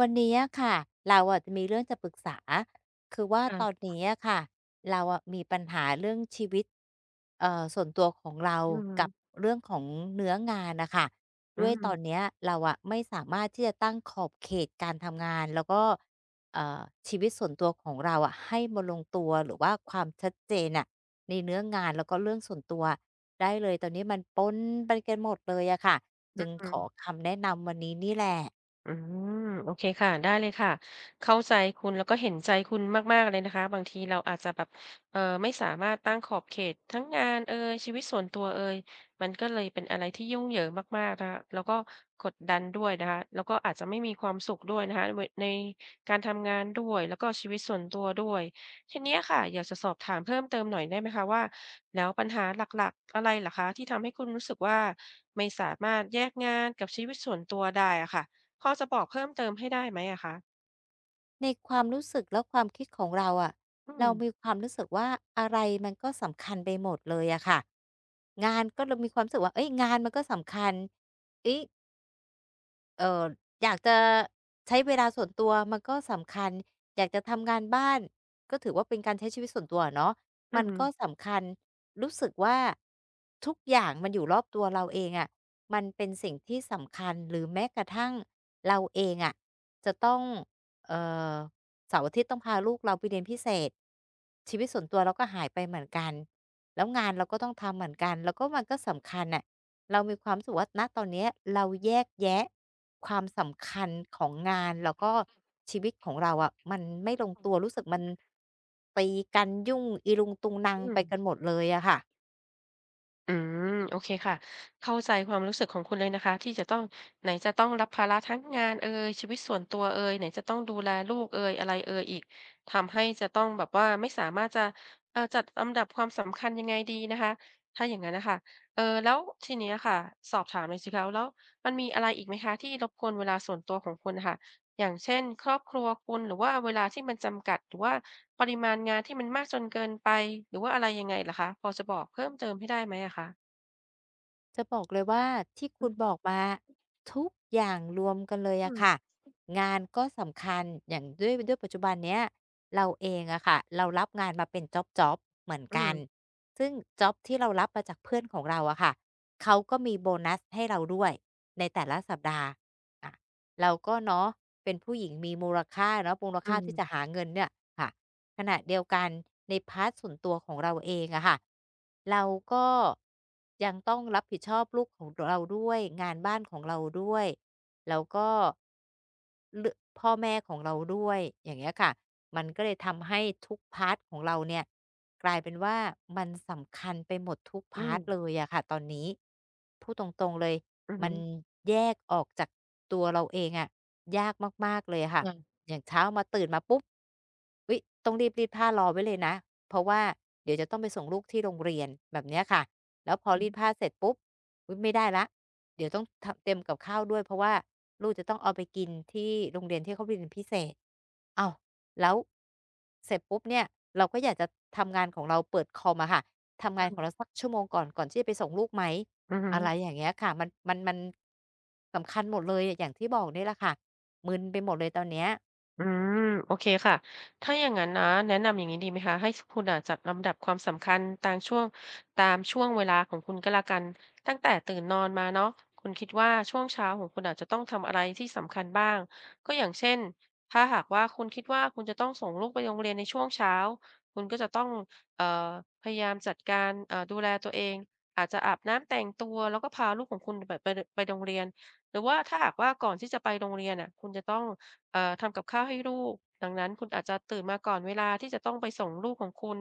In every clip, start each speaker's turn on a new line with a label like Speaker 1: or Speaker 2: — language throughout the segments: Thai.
Speaker 1: วันนี้อะค่ะเราอะจะมีเรื่องจะปรึกษาคือว่าตอน
Speaker 2: ค่ะ
Speaker 1: นี้อะค่ะเราอะมีปัญหาเรื่องชีวิตส่วนตัวของเรา
Speaker 2: อืม
Speaker 1: กับเรื่องของเนื้องานน่ะค่ะ
Speaker 2: อื
Speaker 1: ด้วยตอน
Speaker 2: ม
Speaker 1: เนี้ยเราอะไม่สามารถที่จะตั้งขอบเขตการทำงานแล้วก็เอ่อชีวิตส่วนตัวของเราอะให้มาลงตัวหรือว่าความชัดเจนน่ะในเนื้องานแล้วก็เรื่องส่วนตัวได้เลยตอนนี้มันปนไปกันหมดเลยอะค่ะจึง
Speaker 2: อื
Speaker 1: ขอ
Speaker 2: ม
Speaker 1: คำแนะนำวันนี้นี่แหละ
Speaker 2: อืมโอเคค่ะได้เลยค่ะเข้าใจคุณแล้วก็เห็นใจคุณมากๆเลยนะคะบางทีเราอาจจะแบบไม่สามารถตั้งขอบเขตทั้งงานเอยชีวิตส่วนตัวเอยมันก็เลยเป็นอะไรที่ยุ่งเหยิงมากๆนะคะแล้วก็กดดันด้วยนะคะแล้วก็อาจจะไม่มีความสุขด้วยนะคะเวในการทำงานด้วยแล้วก็ชีวิตส่วนตัวด้วยทีเนี้ยค่ะอยากจะสอบถามเพิ่มเติมหน่อยได้ไหมคะว่าแล้วปัญหาหลักๆอะไรเหรอคะที่ทำให้คุณรู้สึกว่าไม่สามารถแยกงานกับชีวิตส่วนตัวได้อะค่ะ พอจะบอกเพิ่มเติมให้ได้ไหมอะคะ
Speaker 1: ในความรู้สึกและความคิดของเราอะ
Speaker 2: อื
Speaker 1: เรา
Speaker 2: ม
Speaker 1: มีความรู้สึกว่าอะไรมันก็สำคัญไปหมดเลยอะค่ะงานก็เลยมีความรู้สึกว่าเฮ้ยงานมันก็สำคัญเฮ้ย เอ่ออยากจะใช้เวลาส่วนตัวมันก็สำคัญอยากจะทำงานบ้านก็ถือว่าเป็นการใช้ชีวิตส่วนตัวอะเนาะ
Speaker 2: อื
Speaker 1: มันก็
Speaker 2: ม
Speaker 1: สำคัญรู้สึกว่าทุกอย่างมันอยู่รอบตัวเราเองอะมันเป็นสิ่งที่สำคัญหรือแม้กระทั่งเราเองอะจะต้องเอ่อเสาร์อาทิตย์ต้องพาลูกเราไปเรียนพิเศษชีวิตส่วนตัวเราก็หายไปเหมือนกันแล้วงานเราก็ต้องทำเหมือนกันแล้วก็มันก็สำคัญน่ะ เรามีความรู้สึกว่าณตอนเนี้ยเราแยกแยะความสำคัญของงานแล้วก็ชีวิตของเราอะมันไม่ลงตัวรู้สึก
Speaker 2: อ
Speaker 1: มันตีกันยุ่งอีรุงตุงนัง
Speaker 2: ื
Speaker 1: ไป
Speaker 2: ม
Speaker 1: กันหมดเลยอะค่ะ
Speaker 2: อืมโอเคค่ะเข้าใจความรู้สึกของคุณเลยนะคะที่จะต้องไหนจะต้องรับภาระทั้งงานเอยชีวิตส่วนตัวเอยไหนจะต้องดูแลลูกเอยอะไรเอยอีกทำให้จะต้องแบบว่าไม่สามารถจะจัดลำดับความสำคัญยังไงดีนะคะถ้าอย่างงั้นน่ะค่ะแล้วทีเนี้ยค่ะสอบถามหน่อยสิคะแล้วมันมีอะไรอีกไหมคะที่รบกวนเวลาส่วนตัวของคุณน่ะค่ะ อย่างเช่นครอบครัวคุณหรือว่าเวลาที่มันจำกัดหรือว่าปริมาณงานที่มันมากจนเกินไปหรือว่าอะไรยังไงเหรอคะพอจะบอกเพิ่มเติมให้ได้ไหมอะคะ
Speaker 1: จะบอกเลยว่าที่
Speaker 2: อื
Speaker 1: คุณบ
Speaker 2: ม
Speaker 1: อกมาทุกอย่างรวมกันเลย
Speaker 2: อื
Speaker 1: อะ
Speaker 2: ม
Speaker 1: ค่ะงานก็สำคัญอย่างด้วยปัจจุบันเนี้ยเราเองอะค่ะเรารับงานมาเป็นจ็อบๆเหมือน
Speaker 2: อื
Speaker 1: กั
Speaker 2: ม
Speaker 1: นซึ่งจ็อบที่เรารับมาจากเพื่อนของเราอะค่ะเขาก็มีโบนัสให้เราด้วยในแต่ละสัปดาห์ เราก็เนาะเป็นผู้หญิงมีมูลค่าเนาะมูลค่าที่จะหาเงินเนี่ยค่ะขณะเดียวกันในพาร์ตส่วนตัวของเราเองอะค่ะเราก็ยังต้องรับผิดชอบลูกของเราด้วยงานบ้านของเราด้วยแล้วก็เรือกพ่อแม่ของเราด้วยอย่างเงี้ยค่ะมันก็เลยทำให้ทุกพาร์ตของเราเนี่ยกลายเป็นว่ามันสำคัญไปหมดทุก
Speaker 2: อื
Speaker 1: พาร์
Speaker 2: ม
Speaker 1: ตเลยอะค่ะตอนนี้พูดตรงๆเลย
Speaker 2: อือฮึ
Speaker 1: มันแยกออกจากตัวเราเองอะยากมากๆเลยค่ะ
Speaker 2: ค่ะ
Speaker 1: อย่างเช้ามาตื่นมาปุ๊บอุ๊ยต้องรีบรีดผ้ารอไว้เลยนะเพราะว่าเดี๋ยวจะต้องไปส่งลูกที่โรงเรียนแบบเนี้ยค่ะแล้วพอ
Speaker 2: อือ
Speaker 1: รี
Speaker 2: ฮึ
Speaker 1: ดผ้าเสร็จปุ๊บอุ๊ยไม่ได้แล้วเดี๋ยวต้องทำเตรียมกับข้าวด้วยเพราะว่าลูกจะต้องเอาไปกินที่โรงเรียนที่เขาเรียนพิเศษอ้าวแล้วเสร็จปุ๊บเนี่ยเราก็อยากจะทำงานของเราเปิดคอมอะค่ะ ทำ
Speaker 2: อื
Speaker 1: งานขอ
Speaker 2: ม
Speaker 1: งเราสักชั่วโมงก่อนก่อนที่จะไปส่งลูกไหม
Speaker 2: อือฮึ
Speaker 1: อะไรอย่างเงี้ยค่ะมันสำคัญหมดเลยอย่างที่บอกเนี่ยแหละค่ะมึนไปหมดเลยตอนเนี้ย
Speaker 2: อืมโอเคค่ะถ้าอย่างนั้นนะแนะนำอย่างนี้ดีไหมคะให้คุณอะจัดลำดับความสำคัญตามช่วงตามช่วงเวลาของคุณก็แล้วกันตั้งแต่ตื่นนอนมาเนาะคุณคิดว่าช่วงเช้าของคุณอาจจะต้องทำอะไรที่สำคัญบ้างก็อย่างเช่นถ้าหากว่าคุณคิดว่าคุณจะต้องส่งลูกไปโรงเรียนในช่วงเช้าคุณก็จะต้องเอ่อพยายามจัดการดูแลตัวเองอาจจะอาบน้ำแต่งตัวแล้วก็พาลูกของคุณไปไปโรงเรียนหรือว่าถ้าหากว่าก่อนที่จะไปโรงเรียนอ่ะคุณจะต้อง ทำกับข้าวให้ลูกดังนั้นคุณอาจจะตื่นมาก่อนเวลาที่จะต้องไปส่งลูกของคุณ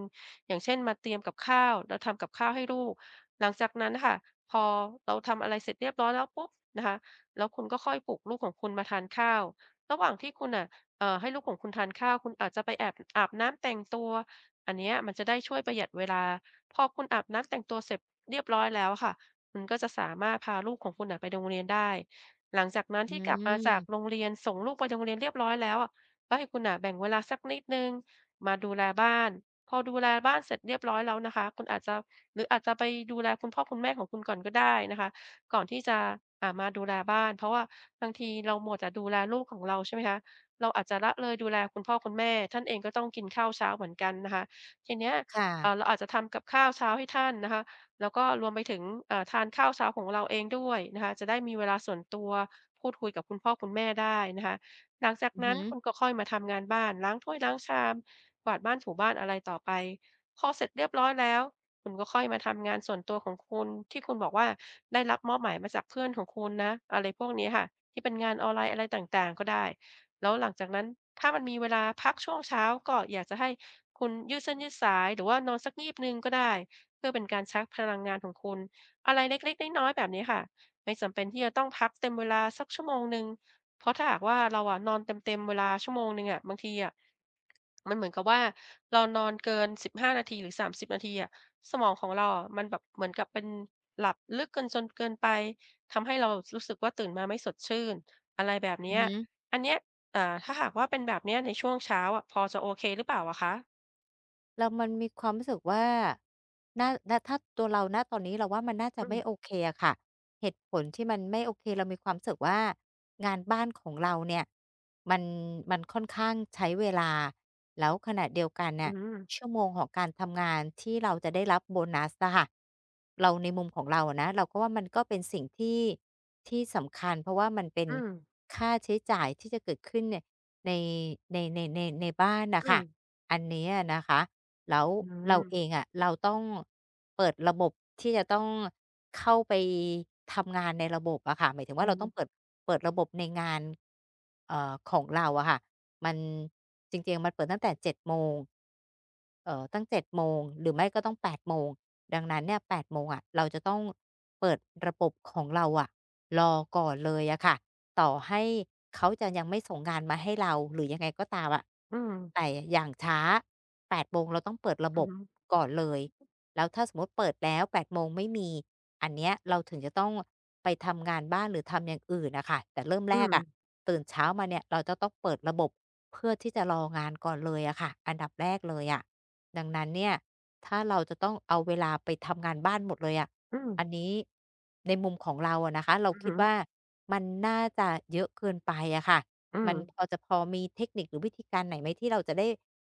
Speaker 2: อย่างเช่นมาเตรียมกับข้าวแล้วทำกับข้าวให้ลูก หลังจากนั้นค่ะพอเราทำอะไรเสร็จเรียบร้อยแล้วปุ๊บนะคะแล้วคุณก็ค่อยปลุกลูกของคุณมาทานข้าวระหว่างที่คุณอ่ะให้ลูกของคุณทานข้าวคุณอาจจะไปแอบอาบน้ำแต่งตัวอันเนี้ยมันจะได้ช่วยประหยัดเวลาพอคุณอาบน้ำแต่งตัวเสร็จเรียบร้อยแล้วค่ะคุณก็จะสามารถพาลูกของคุณน่ะไปโรงเรียนได้ หลังจากนั้น
Speaker 1: อื
Speaker 2: ที่กลับมาจากโร
Speaker 1: ม
Speaker 2: งเรียนส่งลูกไปโรงเรียนเรียบร้อยแล้วอะก็ให้คุณน่ะแบ่งเวลาสักนิดหนึ่งมาดูแลบ้านพอดูแลบ้านเสร็จเรียบร้อยแล้วนะคะคุณอาจจะหรืออาจจะไปดูแลคุณพ่อคุณแม่ของคุณก่อนก็ได้นะคะก่อนที่จะอ่ามาดูแลบ้านเพราะว่าบางทีเราหมดแต่ดูแลลูกของเราใช่ไหมคะเราอาจจะละเลยดูแลคุณพ่อคุณแม่ท่านเองก็ต้องกินข้าวเช้าเหมือนกันนะคะทีเนี้ย
Speaker 1: ค่ะ
Speaker 2: เราอาจจะทำกับข้าวเช้าให้ท่านนะคะ แล้วก็รวมไปถึงทานข้าวเช้าของเราเองด้วยนะคะจะได้มีเวลาส่วนตัวพูดคุยกับคุณพ่อคุณแม่ได้นะคะหลังจาก
Speaker 1: อือ
Speaker 2: นั้น
Speaker 1: ฮึ
Speaker 2: คุณก็ค่อยมาทำงานบ้านล้างถ้วยล้างชามกวาดบ้านถูบ้านอะไรต่อไปพอเสร็จเรียบร้อยแล้วคุณก็ค่อยมาทำงานส่วนตัวของคุณที่คุณบอกว่าได้รับมอบหมายมาจากเพื่อนของคุณนะอะไรพวกนี้ค่ะที่เป็นงานออนไลน์อะไรต่างๆก็ได้แล้วหลังจากนั้นถ้ามันมีเวลาพักช่วงเช้าก็อยากจะให้คุณยืดเส้นยืดสายหรือว่านอนสักงีบหนึ่งก็ได้ เพื่อเป็นการชาร์จพลังงานของคุณอะไรเล็กๆน้อยๆแบบนี้ค่ะไม่จำเป็นที่จะต้องพักเต็มเวลาสักชั่วโมงหนึ่งเพราะถ้าหากว่าเราอะนอนเต็มๆเวลาชั่วโมงหนึ่งอะบางทีอะมันเหมือนกับว่าเรานอนเกินสิบห้านาทีหรือสามสิบนาทีอะสมองของเราอะมันแบบเหมือนกับเป็นหลับลึกเกินจนเกินไปทำให้เรารู้สึกว่าตื่นมาไม่สดชื่นอะไรแบบ
Speaker 1: อื
Speaker 2: เนี้
Speaker 1: อ
Speaker 2: ย
Speaker 1: ฮึ
Speaker 2: อันเนี้ยถ้าหากว่าเป็นแบบเนี้ยในช่วงเช้าอะพอจะโอเคหรือเปล่าอะคะ
Speaker 1: แล้วมันมีความรู้สึกว่าน่าณถ้าตัวเราณตอนนี้เราว่ามันน่าจะ
Speaker 2: อื
Speaker 1: ไม่
Speaker 2: ม
Speaker 1: โอเคอะค่ะ เหตุผลที่มันไม่โอเคเรามีความรู้สึกว่างานบ้านของเราเนี่ยมันมันค่อนข้างใช้เวลาแล้วขณะเดียวกัน
Speaker 2: อื
Speaker 1: เนี่ย
Speaker 2: ม
Speaker 1: ชั่วโมงของการทำงานที่เราจะได้รับโบนัสอะค่ะเราในมุมของเราอะนะเราก็ว่ามันก็เป็นสิ่งที่ที่สำคัญเพราะว่ามันเป็น
Speaker 2: อืม
Speaker 1: ค่าใช้จ่ายที่จะเกิดขึ้นเนี่ยในในบ้านน่ะ
Speaker 2: อืม
Speaker 1: ค่ะอันนี้อะนะคะแล้ว
Speaker 2: อื
Speaker 1: เราเอง
Speaker 2: ม
Speaker 1: อะเราต้อง เปิดระบบที่จะต้องเข้าไปทำงานในระบบอะค่ะหมายถึง
Speaker 2: อื
Speaker 1: ว่า
Speaker 2: อ
Speaker 1: เรา
Speaker 2: ฮึ
Speaker 1: ต้องเปิดระบบในงานของเราอะค่ะมันจริงๆมันเปิดตั้งแต่7โมง ตั้ง7โมงหรือไม่ก็ต้อง8โมงดังนั้นเนี่ย8โมงอะเราจะต้องเปิดระบบของเราอะรอก่อนเลยอะค่ะต่อให้เขาจะยังไม่ส่งงานมาให้เราหรือยังไงก็ตามอะ
Speaker 2: อืม
Speaker 1: แต่อย่างช้า8โมงเราต้องเปิดระ
Speaker 2: อื
Speaker 1: บ
Speaker 2: อ
Speaker 1: บ
Speaker 2: ฮึ
Speaker 1: ก่อนเลยแล้วถ้าสมมุติเปิดแล้ว8โมงไม่มีอันเนี้ยเราถึงจะต้องไปทำงานบ้านหรือทำอย่างอื่นน่ะค่ะแต่เริ่ม
Speaker 2: อื
Speaker 1: แรก
Speaker 2: ม
Speaker 1: อะตื่นเช้ามาเนี่ยเราจะต้องเปิดระบบ เพื่อที่จะรองานก่อนเลยอะค่ะอันดับแรกเลยอะดังนั้นเนี่ยถ้าเราจะต้องเอาเวลาไปทำงานบ้านหมดเลยอะ
Speaker 2: อืม
Speaker 1: อันนี้ในมุมของเราอะนะคะเรา
Speaker 2: อือ
Speaker 1: คิ
Speaker 2: ฮึ
Speaker 1: ดว่ามันน่าจะเยอะเกินไปอะค่ะ
Speaker 2: อื
Speaker 1: มั
Speaker 2: ม
Speaker 1: นพอจะพอมีเทคนิคหรือวิธีการไหนไหมที่เราจะได้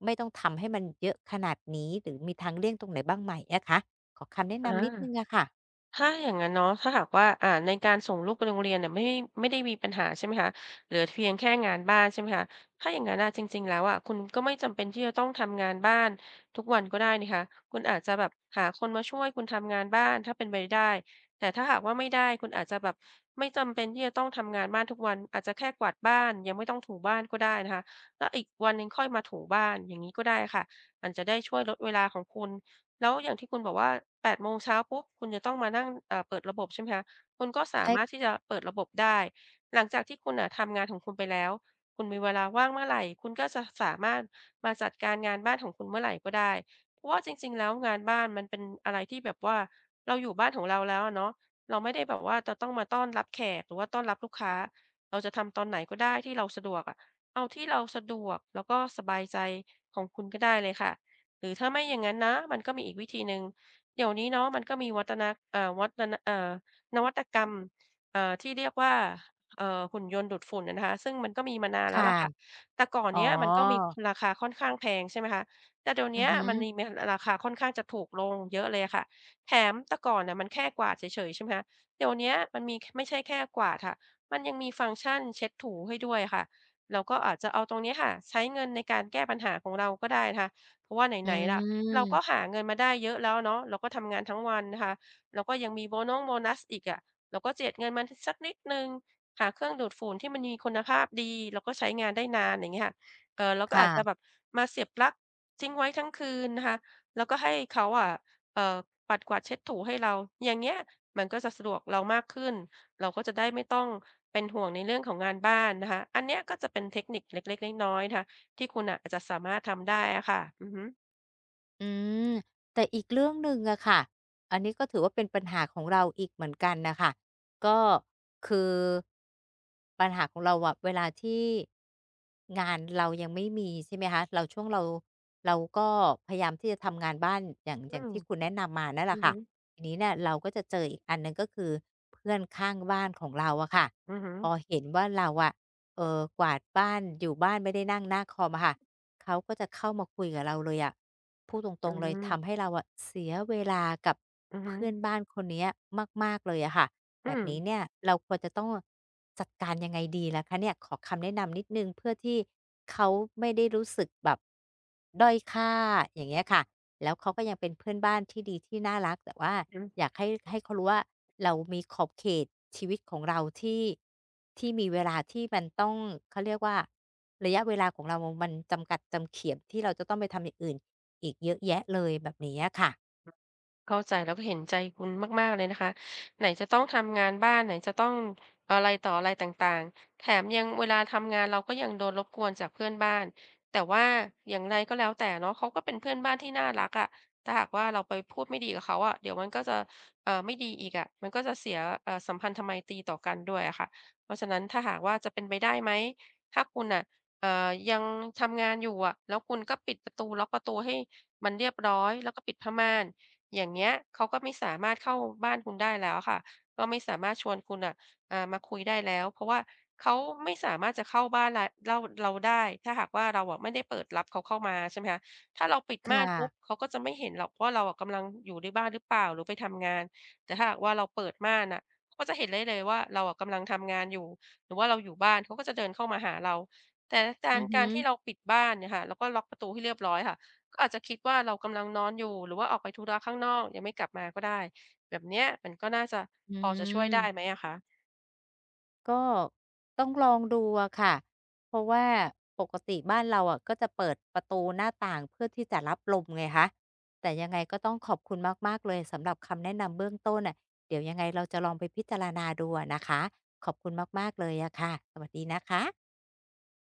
Speaker 1: ไม่ต้องทำให้มันเยอะขนาดนี้หรือมีทางเลี่ยงตรงไหนบ้างไหมอะคะขอคำแนะ
Speaker 2: อา
Speaker 1: นำนิดหนึ่งอะค่ะ
Speaker 2: ถ้าอย่างงั้นเนาะถ้าหากว่าในการส่งลูกไปโรงเรียนเนี่ยไม่ได้มีปัญหาใช่ไหมคะเหลือเพียงแค่งานบ้านใช่ไหมคะถ้าอย่างงั้นอะจริงๆแล้วอะคุณก็ไม่จำเป็นที่จะต้องทำงานบ้านทุกวันก็ได้นี่คะคุณอาจจะแบบหาคนมาช่วยคุณทำงานบ้านถ้าเป็นไปได้แต่ถ้าหากว่าไม่ได้คุณอาจจะแบบไม่จำเป็นที่จะต้องทำงานบ้านทุกวันอาจจะแค่กวาดบ้านยังไม่ต้องถูบ้านก็ได้นะคะแล้วอีกวันหนึ่งค่อยมาถูบ้านอย่างนี้ก็ได้ค่ะมันจะได้ช่วยลดเวลาของคุณ แล้วอย่างที่คุณบอกว่า8โมงเช้าปุ๊บคุณจะต้องมานั่งเอ่าเปิดระบบใช่ไหมคะคุณก็สามารถ
Speaker 1: ใช่
Speaker 2: ที่จะเปิดระบบได้หลังจากที่คุณน่ะทำงานของคุณไปแล้วคุณมีเวลาว่างเมื่อไหร่คุณก็จะสามารถมาจัดการงานบ้านของคุณเมื่อไหร่ก็ได้เพราะว่าจริงๆแล้วงานบ้านมันเป็นอะไรที่แบบว่าเราอยู่บ้านของเราแล้วอะเนาะเราไม่ได้แบบว่าจะต้องมาต้อนรับแขกหรือว่าต้อนรับลูกค้าเราจะทำตอนไหนก็ได้ที่เราสะดวกอะเอาที่เราสะดวกแล้วก็สบายใจของคุณก็ได้เลยค่ะ หรือถ้าไม่อย่างนั้นนะมันก็มีอีกวิธีหนึ่งเดี๋ยวนี้เนาะมันก็มีวัตนะเอ่อวัตนะเอ่อนวัตกรรมที่เรียกว่าหุ่นยนต์ดูดฝุ่นอะนะคะซึ่งมันก็มีมานานแล้ว
Speaker 1: ค่ะ
Speaker 2: ล่ะค่ะแต่ก่อน
Speaker 1: อ๋อ
Speaker 2: เนี้ยมันก็มีราคาค่อนข้างแพงใช่ไหมคะแต่เดี๋ยว
Speaker 1: อื
Speaker 2: เนี้
Speaker 1: อ
Speaker 2: ย
Speaker 1: ฮึ
Speaker 2: มันมีราคาค่อนข้างจะถูกลงเยอะเลยอะค่ะแถมแต่ก่อนน่ะมันแค่กวาดเฉยๆใช่ไหมคะเดี๋ยวเนี้ยมันไม่ใช่แค่กวาดค่ะมันยังมีฟังก์ชันเช็ดถูให้ด้วยอะค่ะเราก็อาจจะเอาตรงเนี้ยค่ะใช้เงินในการแก้ปัญหาของเราก็ได้นะคะ เพราะว่า
Speaker 1: อื
Speaker 2: ไหนๆล่ะเราก็
Speaker 1: ม
Speaker 2: หาเงินมาได้เยอะแล้วเนาะเราก็ทำงานทั้งวันนะคะแล้วก็ยังมีโบนัสอีกอะเราก็เจียดเงินมาสักนิดนึงหาเครื่องดูดฝุ่นที่มันมีคุณภาพดีแล้วก็ใช้งานได้นานอย่างเงี้ยค่ะเออเราก็อาจจะแบ
Speaker 1: ค่ะ
Speaker 2: บมาเสียบปลั๊กทิ้งไว้ทั้งคืนนะคะแล้วก็ให้เขาอะเออปัดกวาดเช็ดถูให้เราอย่างเงี้ยมันก็จะสะดวกเรามากขึ้นเราก็จะได้ไม่ต้องเป็นห่วงในเรื่องของงานบ้านนะคะอันเนี้ยก็จะเป็นเทคนิคเล็กๆน้อยๆนะคะ ที่คุณน่ะอาจจะสามารถทำได้อะค่ะอือฮึ
Speaker 1: อืมแต่อีกเรื่องหนึ่งอะค่ะอันนี้ก็ถือว่าเป็นปัญหาของเราอีกเหมือนกันนะคะก็คือปัญหาของเราอะเวลาที่งานเรายังไม่มีใช่ไหมคะเราช่วงเราก็พยายามที่จะทำงานบ้านอย่างอ
Speaker 2: อื
Speaker 1: ย่าง
Speaker 2: ม
Speaker 1: ที่คุณแนะนำมานั่นแห
Speaker 2: อื
Speaker 1: ละ
Speaker 2: อฮึ
Speaker 1: ค่ะทีนี้เนี่ยเราก็จะเจออีกอันหนึ่งก็คือเพื่อนข้างบ้านของเราอะค่ะ
Speaker 2: อือฮึ
Speaker 1: พอเห็นว่าเราอะเออกวาดบ้านอยู่บ้านไม่ได้นั่งหน้าคอมอะค่ะ เขาก็จะเข้ามาคุยกับเราเลยอะพูดตร
Speaker 2: อื
Speaker 1: งๆเลยทำให้
Speaker 2: ม
Speaker 1: เราอะเสียเวลากับ
Speaker 2: อือฮึ
Speaker 1: เพื่อนบ้านคนเนี้ยมากๆเลยอะค่ะ
Speaker 2: อื
Speaker 1: แบบ
Speaker 2: ม
Speaker 1: นี้เนี่ยเราควรจะต้องจัดการยังไงดีล่ะคะเนี่ยขอคำแนะนำนิดหนึ่งเพื่อที่เขาไม่ได้รู้สึกแบบ ด้อยค่าอย่างเงี้ยค่ะแล้วเขาก็ยังเป็นเพื่อนบ้านที่ดีที่น่ารักแต่ว่า
Speaker 2: อืม
Speaker 1: อยากให้เขารู้ว่าเรามีขอบเขตชีวิตของเราที่มีเวลาที่มันต้องเขาเรียกว่าระยะเวลาของเรามันจำกัดจำเขียมที่เราจะต้องไปทำอย่างอื่นอีกเยอะแยะเลยแบบนี้อะค่ะ
Speaker 2: เข้าใจแล้วก็เห็นใจคุณมากๆเลยนะคะไหนจะต้องทำงานบ้านไหนจะต้องอะไรต่ออะไรต่างๆแถมยังเวลาทำงานเราก็ยังโดนรบกวนจากเพื่อนบ้านแต่ว่าอย่างไรก็แล้วแต่เนาะเขาก็เป็นเพื่อนบ้านที่น่ารักอะถ้าหากว่าเราไปพูดไม่ดีกับเขาอะเดี๋ยวมันก็จะไม่ดีอีกอะมันก็จะเสียสัมพันธไมตรีต่อกันด้วยอะค่ะเพราะฉะนั้นถ้าหากว่าจะเป็นไปได้ไหมถ้าคุณน่ะเอ่อยังทำงานอยู่อะแล้วคุณก็ปิดประตูล็อกประตูให้มันเรียบร้อยแล้วก็ปิดผ้าม่าน อย่างเงี้ยเขาก็ไม่สามารถเข้าบ้านคุณได้แล้วค่ะก็ไม่สามารถชวนคุณอ่ะอ่ามาคุยได้แล้วเพราะว่าเขาไม่สามารถจะเข้าบ้านเราได้ถ้าหากว่าเราอะไม่ได้เปิดรับเขาเข้ามาใช่ไหมคะถ้าเราปิด
Speaker 1: ค
Speaker 2: ม่านปุ๊บ
Speaker 1: ่ะ
Speaker 2: เขาก็จะไม่เห็นหรอกว่าเราอะกำลังอยู่ในบ้านหรือเปล่าหรือไปทำงานแต่ถ้าหากว่าเราเปิดม่านอ่ะเขาก็จะเห็นได้เลยว่าเราอะกำลังทำงานอยู่หรือว่าเราอยู่บ้านเขาก็จะเดินเข้ามาหาเราแต่การ
Speaker 1: อือ
Speaker 2: กา
Speaker 1: ฮึ
Speaker 2: รที่เราปิดบ้านเนี่ยค่ะแล้วก็ล็อกประตูให้เรียบร้อยค่ะ ก็อาจจะคิดว่าเรากำลังนอนอยู่หรือว่าออกไปธุระข้างนอกยังไม่กลับมาก็ได้แบบเนี้ยมันก็น่าจะ
Speaker 1: อื
Speaker 2: พอจะช่วยได้ไหม
Speaker 1: ม
Speaker 2: อะคะ
Speaker 1: ก็ต้องลองดูอะค่ะ เพราะว่าปกติบ้านเราอะก็จะเปิดประตูหน้าต่างเพื่อที่จะรับลมไงคะแต่ยังไงก็ต้องขอบคุณมากๆเลยสำหรับคำแนะนำเบื้องต้นน่ะเดี๋ยวยังไงเราจะลองไปพิจารณาดูอะนะคะ ขอบคุณมากๆเลยอะค่ะ สวัสดีนะคะ